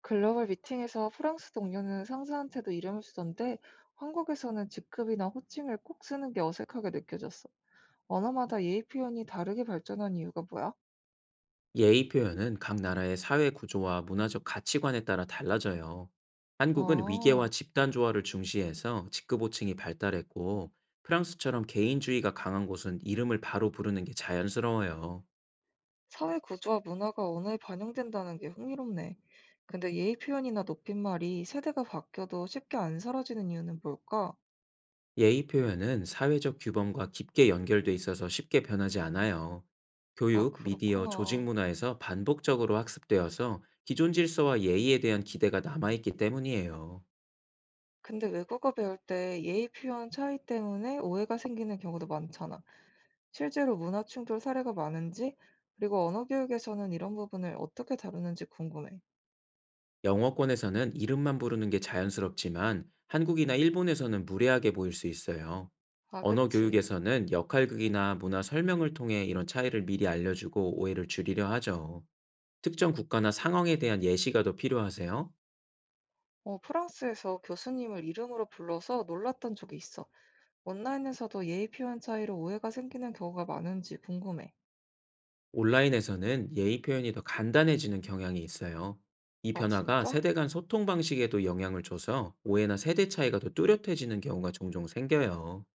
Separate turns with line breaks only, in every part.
글로벌 미팅에서 프랑스 동료는 상사한테도 이름을 쓰던데 한국에서는 직급이나 호칭을 꼭 쓰는 게 어색하게 느껴졌어. 언어마다 예의 표현이 다르게 발전한 이유가 뭐야?
예의 표현은 각 나라의 사회 구조와 문화적 가치관에 따라 달라져요. 한국은 위계와
아,
집단 조화를 중시해서 직급호칭이 발달했고, 프랑스처럼 개인주의가 강한 곳은 이름을 바로 부르는 게 자연스러워요.
사회 구조와 문화가 언어에 반영된다는 게 흥미롭네. 근데 예의 표현이나 높임말이 세대가 바뀌어도 쉽게 안 사라지는 이유는 뭘까?
예의 표현은 사회적 규범과 깊게 연결돼 있어서 쉽게 변하지 않아요.
아,
교육, 미디어, 조직
그렇구나.
문화에서 반복적으로 학습되어서 기존 질서와 예의에 대한 기대가 남아있기 때문이에요.
근데 외국어 배울 때 예의 표현 차이 때문에 오해가 생기는 경우도 많잖아. 실제로 문화 충돌 사례가 많은지, 그리고 언어 교육에서는 이런 부분을 어떻게 다루는지 궁금해.
영어권에서는 이름만 부르는 게 자연스럽지만 한국이나 일본에서는 무례하게 보일 수 있어요.
아,
언어
그치.
교육에서는 역할극이나 문화 설명을 통해 이런 차이를 미리 알려주고 오해를 줄이려 하죠. 특정 국가나 상황에 대한 예시가 더 필요하세요?
어, 프랑스에서 교수님을 이름으로 불러서 놀랐던 적이 있어. 온라인에서도 예의 표현 차이로 오해가 생기는 경우가 많은지 궁금해.
온라인에서는 예의 표현이 더 간단해지는 경향이 있어요. 이
아,
변화가
진짜?
세대 간 소통 방식에도 영향을 줘서 오해나 세대 차이가 더 뚜렷해지는 경우가 종종 생겨요.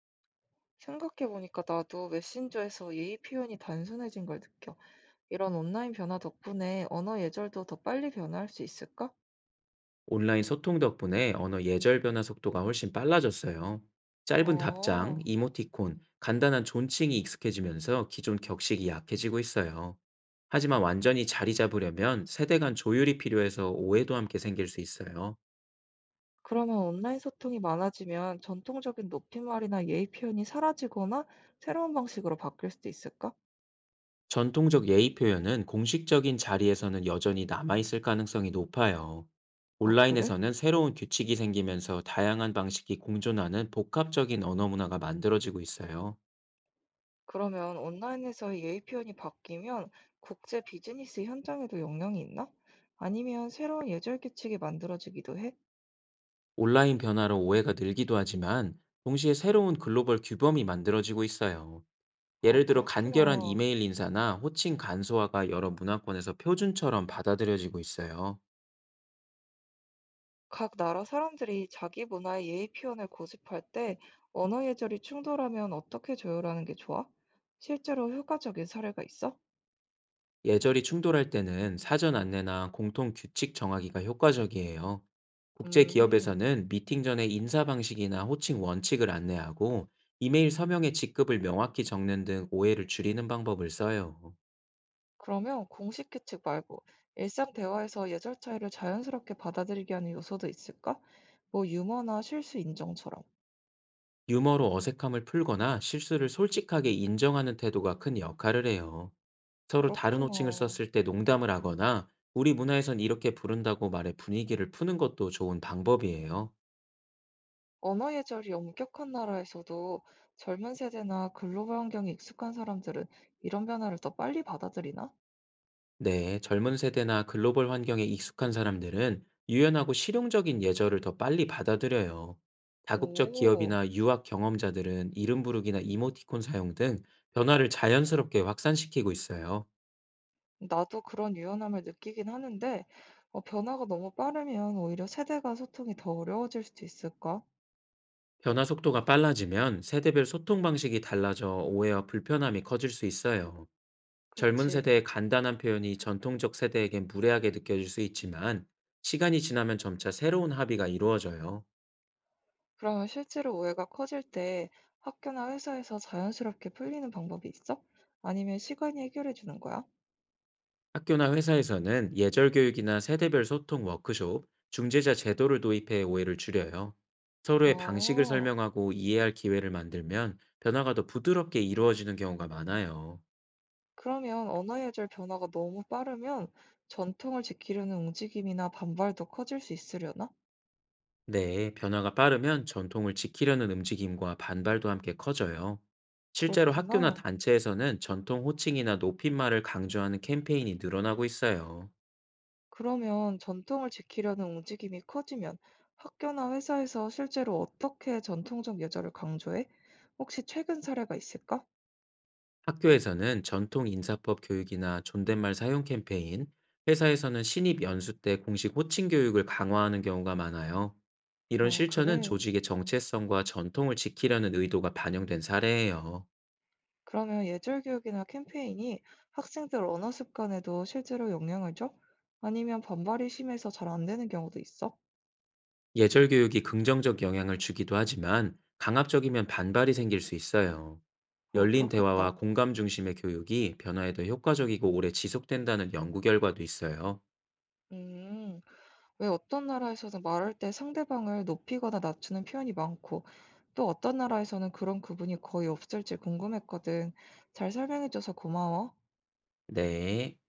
생각해보니까 나도 메신저에서 예의 표현이 단순해진 걸 느껴. 이런 온라인 변화 덕분에 언어 예절도 더 빨리 변화할 수 있을까?
온라인 소통 덕분에 언어 예절 변화 속도가 훨씬 빨라졌어요. 짧은 답장,
어,
이모티콘, 간단한 존칭이 익숙해지면서 기존 격식이 약해지고 있어요. 하지만 완전히 자리 잡으려면 세대 간 조율이 필요해서 오해도 함께 생길 수 있어요.
그러면 온라인 소통이 많아지면 전통적인 높임말이나 예의 표현이 사라지거나 새로운 방식으로 바뀔 수도 있을까?
전통적 예의 표현은 공식적인 자리에서는 여전히 남아있을 가능성이 높아요.
아, 그래?
온라인에서는 새로운 규칙이 생기면서 다양한 방식이 공존하는 복합적인 언어 문화가 만들어지고 있어요.
그러면 온라인에서의 예의 표현이 바뀌면 국제 비즈니스 현장에도 영향이 있나? 아니면 새로운 예절 규칙이 만들어지기도 해?
온라인 변화로 오해가 늘기도 하지만 동시에 새로운 글로벌 규범이 만들어지고 있어요.
아,
예를 들어 간결한
그렇구나.
이메일 인사나 호칭 간소화가 여러 문화권에서 표준처럼 받아들여지고 있어요.
각 나라 사람들이 자기 문화의 예의 표현을 고집할 때 언어 예절이 충돌하면 어떻게 조율하는 게 좋아? 실제로 효과적인 사례가 있어?
예절이 충돌할 때는 사전 안내나 공통 규칙 정하기가 효과적이에요. 국제
음.
기업에서는 미팅 전에 인사 방식이나 호칭 원칙을 안내하고 이메일 서명의 직급을 명확히 적는 등 오해를 줄이는 방법을 써요.
그러면 공식 규칙 말고 일상 대화에서 예절 차이를 자연스럽게 받아들이게 하는 요소도 있을까? 뭐 유머나 실수 인정처럼.
유머로 어색함을 풀거나 실수를 솔직하게 인정하는 태도가 큰 역할을 해요. 서로 다른 호칭을
그렇구나.
썼을 때 농담을 하거나 우리 문화에선 이렇게 부른다고 말해 분위기를 푸는 것도 좋은 방법이에요.
언어 예절이 엄격한 나라에서도 젊은 세대나 글로벌 환경에 익숙한 사람들은 이런 변화를 더 빨리 받아들이나?
네, 젊은 세대나 글로벌 환경에 익숙한 사람들은 유연하고 실용적인 예절을 더 빨리 받아들여요. 다국적
오,
기업이나 유학 경험자들은 이름 부르기나 이모티콘 사용 등 변화를 자연스럽게 확산시키고 있어요.
나도 그런 유연함을 느끼긴 하는데 변화가 너무 빠르면 오히려 세대 간 소통이 더 어려워질 수도 있을까?
변화 속도가 빨라지면 세대별 소통 방식이 달라져 오해와 불편함이 커질 수 있어요. 젊은
그치.
세대의 간단한 표현이 전통적 세대에겐 무례하게 느껴질 수 있지만 시간이 지나면 점차 새로운 합의가 이루어져요.
그러면 실제로 오해가 커질 때 학교나 회사에서 자연스럽게 풀리는 방법이 있어? 아니면 시간이 해결해 주는 거야?
학교나 회사에서는 예절 교육이나 세대별 소통 워크숍, 중재자 제도를 도입해 오해를 줄여요.
아,
서로의 방식을 설명하고 이해할 기회를 만들면 변화가 더 부드럽게 이루어지는 경우가 많아요.
그러면 언어예절 변화가 너무 빠르면 전통을 지키려는 움직임이나 반발도 커질 수 있으려나?
네, 변화가 빠르면 전통을 지키려는 움직임과 반발도 함께 커져요. 실제로 학교나
그렇구나.
단체에서는 전통 호칭이나 높임말을 강조하는 캠페인이 늘어나고 있어요.
그러면 전통을 지키려는 움직임이 커지면 학교나 회사에서 실제로 어떻게 전통적 예절을 강조해? 혹시 최근 사례가 있을까?
학교에서는 전통 인사법 교육이나 존댓말 사용 캠페인, 회사에서는 신입 연수 때 공식 호칭 교육을 강화하는 경우가 많아요. 이런
아,
실천은
그래.
조직의 정체성과 전통을 지키려는 의도가 반영된 사례예요.
그러면 예절 교육이나 캠페인이 학생들 언어 습관에도 실제로 영향을 줘? 아니면 반발이 심해서 잘 안 되는 경우도 있어?
예절 교육이 긍정적 영향을 주기도 하지만 강압적이면 반발이 생길 수 있어요.
아,
열린
그렇겠다.
대화와 공감 중심의 교육이 변화에 더 효과적이고 오래 지속된다는 연구 결과도 있어요.
음, 왜 어떤 나라에서는 말할 때 상대방을 높이거나 낮추는 표현이 많고, 또 어떤 나라에서는 그런 구분이 거의 없을지 궁금했거든. 잘 설명해줘서 고마워.
네.